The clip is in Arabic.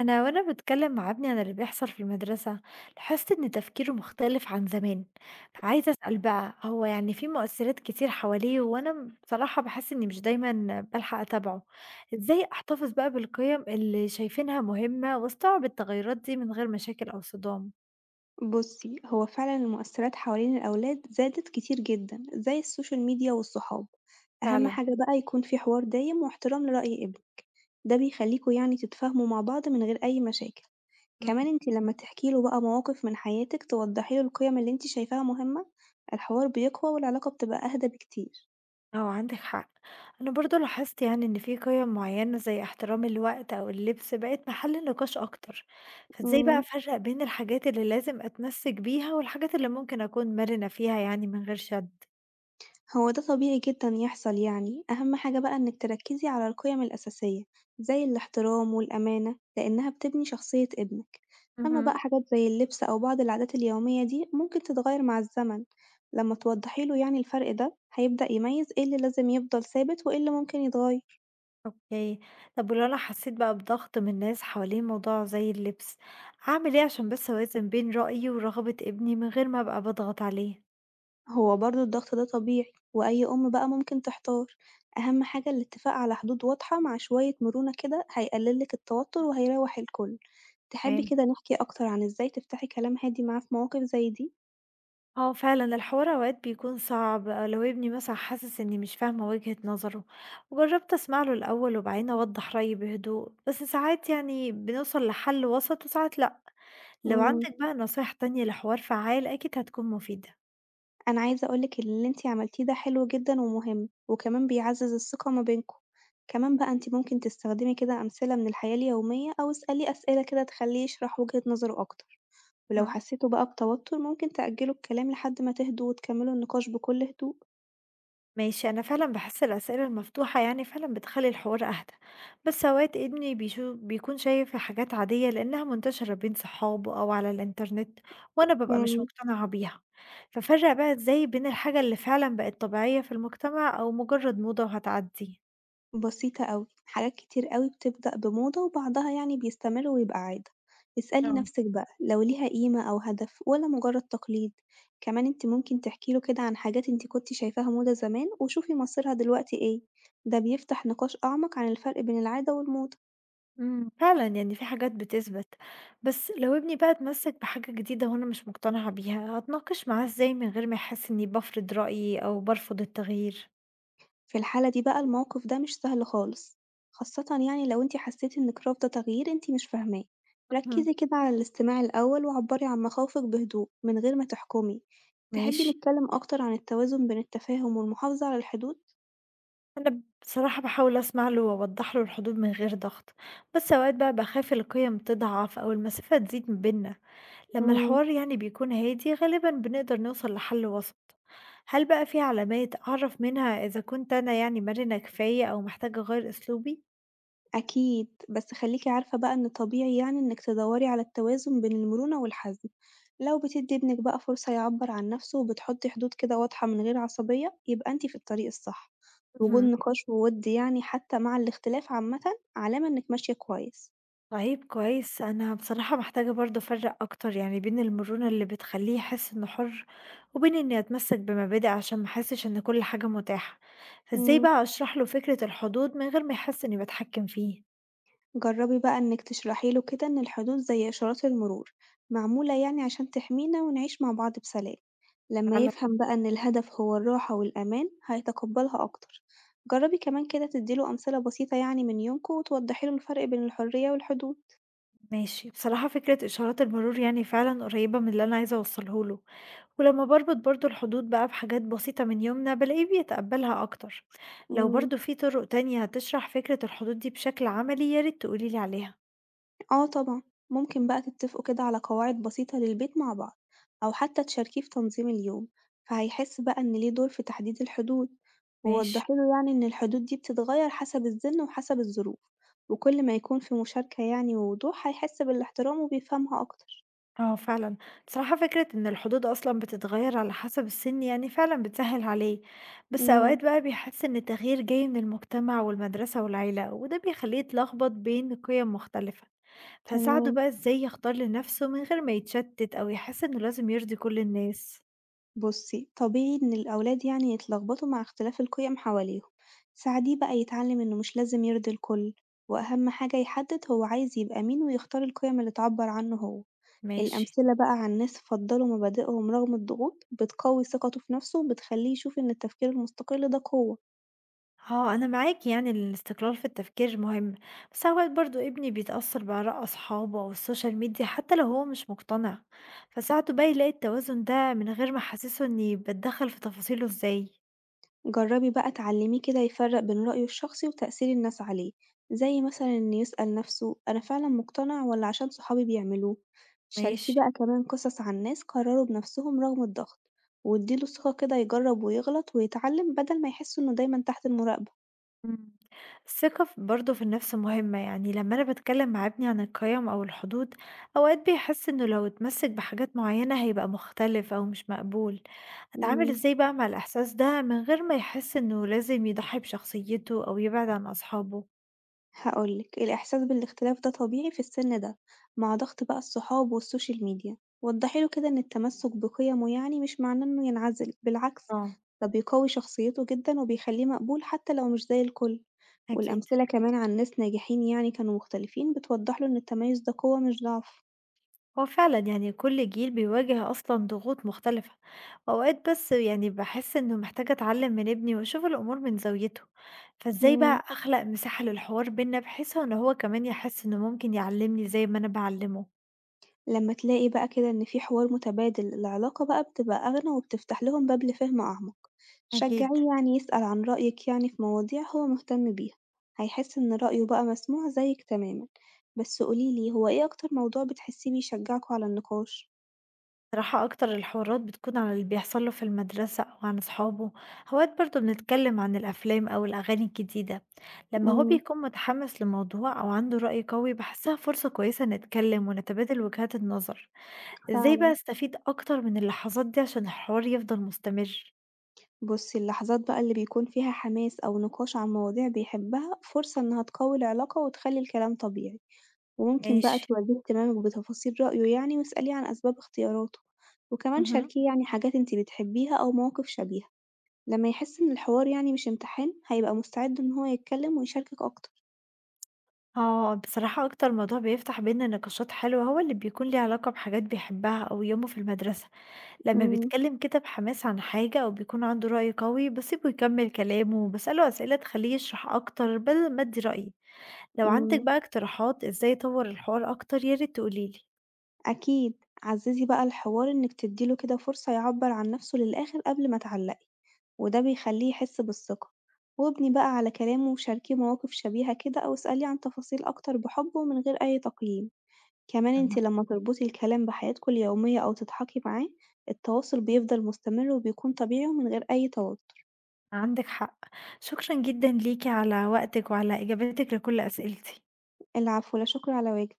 أنا وأنا بتكلم مع ابني عن اللي بيحصل في المدرسة، لاحظت إن تفكيره مختلف عن زمان. عايزة أسأل بقى، هو يعني في مؤثرات كتير حواليه وأنا بصراحة بحس إني مش دايما بلحق أتابعه. إزاي أحتفظ بقى بالقيم اللي شايفينها مهمة وأستوعب التغيرات دي من غير مشاكل أو صدام؟ بُصّي، هو فعلًا المؤثِّرات حوالين الأولاد زادت كتير جدًا، زي السوشيال ميديا والصحاب. أهم فعلا. حاجة بقى يكون في حوار دايم واحترام لرأي ابنِك، ده بيخلّيكم يعني تتفاهموا مع بعض من غير أي مشاكل. كمان أنتِ لمّا تحكي له بقى مواقف من حياتِك، توضّحي له القيم اللي أنتِ شايفاها مهمة، الحوار بيقوى والعلاقة بتبقى أهدى بكتير. آه، عندِك حق. أنا برضه لاحظت يعني إن في قِيَم معيّنة زي احترام الوقت أو اللبس بقت محل نقاش أكتر، فإزاي بقى إمم. أفرّق بين الحاجات اللي لازم أتمسِّك بيها والحاجات اللي ممكن أكون مرِنة فيها يعني من غير شَد؟ هو ده طبيعي جدًا يحصل يعني، أهم حاجة بقى إنِك تركّزي على القيم الأساسية زي الاحترام والأمانة، لإنها بتبني شخصية ابنك، أما بقى اهم. حاجات زي اللبس أو بعض العادات اليومية دي ممكن تتغير مع الزمن، لما توضحي له يعني الفرق ده هيبدأ يميز إيه اللي لازم يفضل ثابت وإيه اللي ممكن يتغير، أوكي. طب ولو أنا حسّيت بقى بضغط من ناس حوالين موضوع زي اللبس، أعمل إيه عشان بس أوازن بين رأيي ورغبة ابني من غير ما أبقى باضغط عليه؟ هو برضه الضغط ده طبيعي وأي أم بقى ممكن تحتار، أهم حاجة الاتفاق على حدود واضحة مع شوية مرونة كده هيقللك التوتر وهيريح الكل. تحبي تمام. كده نحكي أكتر عن إزاي تفتحي كلام هادي معاه في مواقف زي دي؟ اه فعلا الحوار اوقات بيكون صعب، أو لو ابني مثلا حاسس اني مش فاهمة وجهة نظره. وجربت اسمع له الاول وبعدين اوضح رأيي بهدوء، بس ساعات يعني بنوصل لحل وسط وساعات لا. لو إمم، عندك بقى نصايح تانية لحوار فعال اكيد هتكون مفيدة. أنا عايزة أقول لِك اللي أنتِ عملتيه ده حلو جدًا ومهم، وكمان بيعزّز الثقة ما بينكم. كمان بقى أنتِ ممكن تستخدمي كده أمثلة من الحياة اليومية أو اسأليه أسئلة كده تخلّيه يشرح وجهة نظره أكتر، ولو مم. حسيتوا بقى بتوتر ممكن تأجّلوا الكلام لحد ما تهدوا وتكملوا النقاش بكل هدوء. ماشي، أنا فعلا بحس الأسئلة المفتوحة يعني فعلا بتخلي الحوار أهدى، بس أوقات ابني بيكون شايف حاجات عادية لأنها منتشرة بين صحابه أو على الإنترنت، وأنا ببقى مش إمم. مقتنعة بيها. ففرق بقى إزاي بين الحاجة اللي فعلا بقت طبيعية في المجتمع أو مجرد موضة وهتعدي؟ بسيطة أوي، حاجات كتير أوي بتبدأ بموضة وبعدها يعني بيستمر ويبقى عادة، اسألي اه. نفسِك بقى لو ليها قيمة أو هدف ولا مجرد تقليد، كمان انتِ ممكن تحكي له كده عن حاجات انتِ كنتِ شايفاها موضة زمان وشوفي مصيرها دلوقتي ايه، ده بيفتح نقاش أعمق عن الفرق بين العادة والموضة. امم، فعلا يعني في حاجات بتثبت. بس لو ابني بقى اتمسك بحاجة جديدة وأنا مش مقتنعة بيها، هتناقش معاه إزاي من غير ما يحس إني بفرض رأيي أو برفض التغيير؟ في الحالة دي بقى الموقف ده مش سهل خالص، خاصة يعني لو انتِ حسيتِ إنِك رافضة تغيير انتِ مش فاهماه، مهم. ركزي كده على الاستماع الأول وعبري عن مخاوفك بهدوء من غير ما تحكمي، تحبي ماشي. نتكلم أكتر عن التوازن بين التفاهم والمحافظة على الحدود؟ أنا بصراحة باحاول أسمع له وأوضّح له الحدود من غير ضغط، بس أوقات بقى باخاف القيم تضعف أو المسافة تزيد ما بيننا، لمّا مم، الحوار يعني بيكون هادي غالبًا بنقدر نوصل لحل وسط. هل بقى في علامات أعرف منها إذا كنت أنا يعني مرنة كفاية أو محتاجة أغيّر أسلوبي؟ أكيد، بس خلّيكِ عارفة بقى إن طبيعي يعني إنِّك تدوّري على التوازن بين المرونة والحزم، لو بتدّي ابنِك بقى فرصة يعبّر عن نَفْسه وبتحطّي حدود كده واضحة من غير عصبية، يبقى أنتِ في الطريق الصح، وجود اهم. نقاش ووِد يعني حتى مع الاختلاف عامةً علامة إنِّك ماشية كويس. طيب كويس، أنا بصراحة محتاجة برضه أفرّق أكتر يعني بين المرونة اللي بتخلّيه يحس إنه حُر، وبين إني أتمسّك بمبادئ عشان ما يحسّش إن كل حاجة متاحة. فإزاي إمم. بقى أشرح له فكرة الحدود من غير ما يحس إني باتحكّم فيه؟ جربي بقى إنك تشرحي له كده إن الحدود زي إشارات المرور معمولة يعني عشان تحمينا ونعيش مع بعض بسلام، لما على. يفهم بقى إن الهدف هو الراحة والأمان هيتقبلها أكتر، جربي كمان كده تديله أمثلة بسيطة يعني من يومكوا وتوضحي له الفرق بين الحرية والحدود. ماشي، بصراحة فكرة إشارات المرور يعني فعلًا قريّبة من اللي أنا عايزة أوصّله له، ولمّا باربط برضه الحدود بقى بحاجات بسيطة من يومنا بالاقيه بيتقبّلها أكتر. لو مم. برضه في طُرق تانية تشرح فكرة الحدود دي بشكل عملي يا ريت تقولي لي عليها. آه طبعًا، ممكن بقى تتفقوا كده على قواعد بسيطة للبيت مع بعض أو حتى تشاركيه في تنظيم اليوم، فهيحس بقى إن ليه دور في تحديد الحدود، ماشي. ووضحيله يعني إن الحدود دي بتتغير حسب السن وحسب الظروف، وكل ما يكون في مشاركة يعني ووضوح هيحس بالاحترام وبيفهمها أكتر. آه فعلًا، بصراحة فكرة إن الحدود أصلًا بتتغيّر على حسب السن يعني فعلًا بتسهّل عليه، بس إمم، أوقات بقى بيحس إن التغيير جاي من المجتمع والمدرسة والعيلة، وده بيخلّيه يتلخبط بين قِيَم مختلفة. فاساعده تمام. بقى إزاي يختار لنَفْسه من غير ما يتشتت أو يحس إنه لازم يرضي كل الناس؟ بُصي، طبيعي إن الأولاد يعني يتلخبطوا مع اختلاف القيم حواليهم، ساعديه بقى يتعلم إنه مش لازم يرضي الكل، وأهم حاجة يحدد هو عايز يبقى مين ويختار القيم اللي تعبر عنه هو. ماشي. الأمثلة بقى عن ناس فضّلوا مبادئهم رغم الضغوط بتقوي ثقته في نفسه وبتخليه يشوف إن التفكير المستقل ده قوة، آه، أنا معاك، يعني الاستقلال في التفكير مهم. بس أوقات برضو ابني بيتأثر بآراء أصحابه أو السوشيال ميديا حتى لو هو مش مقتنع. فساعته بقى يلاقي التوازن ده من غير ما أحسسه إني بتدخل في تفاصيله إزاي؟ جربي بقى اتعلميه كده يفرق بين رأيه الشخصي وتأثير الناس عليه، زي مثلا إنه يسأل نفسه أنا فعلا مقتنع والّا عشان صحابي بيعملوه، شاركيه ماشي. بقى كمان قصص عن ناس قرروا بنفسهم رغم الضغط، واديله ثقة كده يجرب ويغلط ويتعلم بدل ما يحس إنه دايما تحت المراقبة. إمم. الثقة برضه في النفس مهمة، يعني لمّا أنا باتكلّم مع ابني عن القيم أو الحدود، أوقات بيحس إنه لو اتمسِّك بحاجات معيّنة هيبقى مختلف أو مش مقبول. أتعامل إمم. إزاي بقى مع الإحساس ده من غير ما يحس إنه لازم يضحّي بشخصيته أو يبعد عن أصحابه؟ هاقول لِك، الإحساس بالاختلاف ده طبيعي في السن ده مع ضغط بقى الصحاب والسوشيال ميديا، وضحي له كده إن التمسك بقيمه يعني مش معناه إنه ينعزل، بالعكس آه، ده بيقوي شخصيته جدًا وبيخليه مقبول حتى لو مش زي الكل، أكيد. والأمثلة كمان عن ناس ناجحين يعني كانوا مختلفين بتوضح له إن التميز ده قوة مش ضعف. هو فعلا يعني كل جيل بيواجه أصلا ضغوط مختلفة، وأوقات بس يعني بحس إنه محتاجة أتعلم من ابني وأشوف الأمور من زاويته. فإزاي إمم. بقى أخلق مساحة للحوار بينا بحيث إن هو كمان يحس إنه ممكن يعلمني زي ما أنا بعلمه؟ لما تلاقي بقى كده إن في حوار متبادل العلاقة بقى بتبقى أغنى وبتفتح لهم باب لفهم أعمق، أكيد. شجعيه يعني يسأل عن رأيك يعني في مواضيع هو مهتم بيها، هيحس إن رأيه بقى مسموع زيك تماما، بس قوليلي هو إيه أكتر موضوع بتحسيه بيشجعكوا على النقاش؟ صراحة أكتر الحوارات بتكون عن اللي بيحصل له في المدرسة أو عن أصحابه. أوقات برضه بنتكلم عن الأفلام أو الأغاني الجديدة. لما هو امم بيكون متحمس لموضوع أو عنده رأي قوي بحسها فرصة كويسة نتكلم ونتبادل وجهات النظر. إزاي بقى فعلا أستفيد أكتر من اللحظات دي عشان الحوار يفضل مستمر؟ بصي اللحظات بقى اللي بيكون فيها حماس أو نقاش عن مواضيع بيحبها فرصة إنها تقوي العلاقة وتخلي الكلام طبيعي. وممكن بقى ماشي. تواجهي اهتمامِك بتفاصيل رأيه يعني واسأليه عن أسباب اختياراته، وكمان مهم. شاركيه يعني حاجات أنتِ بتحبيها أو مواقف شبيهة، لما يحس إن الحوار يعني مش امتحان هيبقى مستعد إن هو يتكلم ويشاركِك أكتر. اه بصراحة أكتر موضوع بيفتح بينا نقاشات حلوة هو اللي بيكون ليه علاقة بحاجات بيحبها أو يومه في المدرسة. لما إمم، بيتكلم كده بحماس عن حاجة أو بيكون عنده رأي قوي بسيبه يكمل كلامه وبسأله أسئلة تخليه يشرح أكتر بدل ما أدي رأيي. لو عندك إمم، بقى اقتراحات إزاي أطور الحوار أكتر ياريت تقوليلي. أكيد، عزّزي بقى الحوار إنِك تدّي له كده فرصة يعبّر عن نفسه للآخر قبل ما تعلّقي، وده بيخلّيه يحس بالثقة، وابني بقى على كلامه وشاركيه مواقف شبيهة كده أو اسأليه عن تفاصيل أكتر بحُب ومن غير أي تقييم. كمان أنتِ أها. لمّا تربطي الكلام بحياتكم اليومية أو تضحكي معاه، التواصل بيفضل مستمر وبيكون طبيعي ومن غير أي توتر. عندك حق. شكرا جدا ليكي على وقتك وعلى إجابتك لكل أسئلتي. العفو، لا شكر على واجب.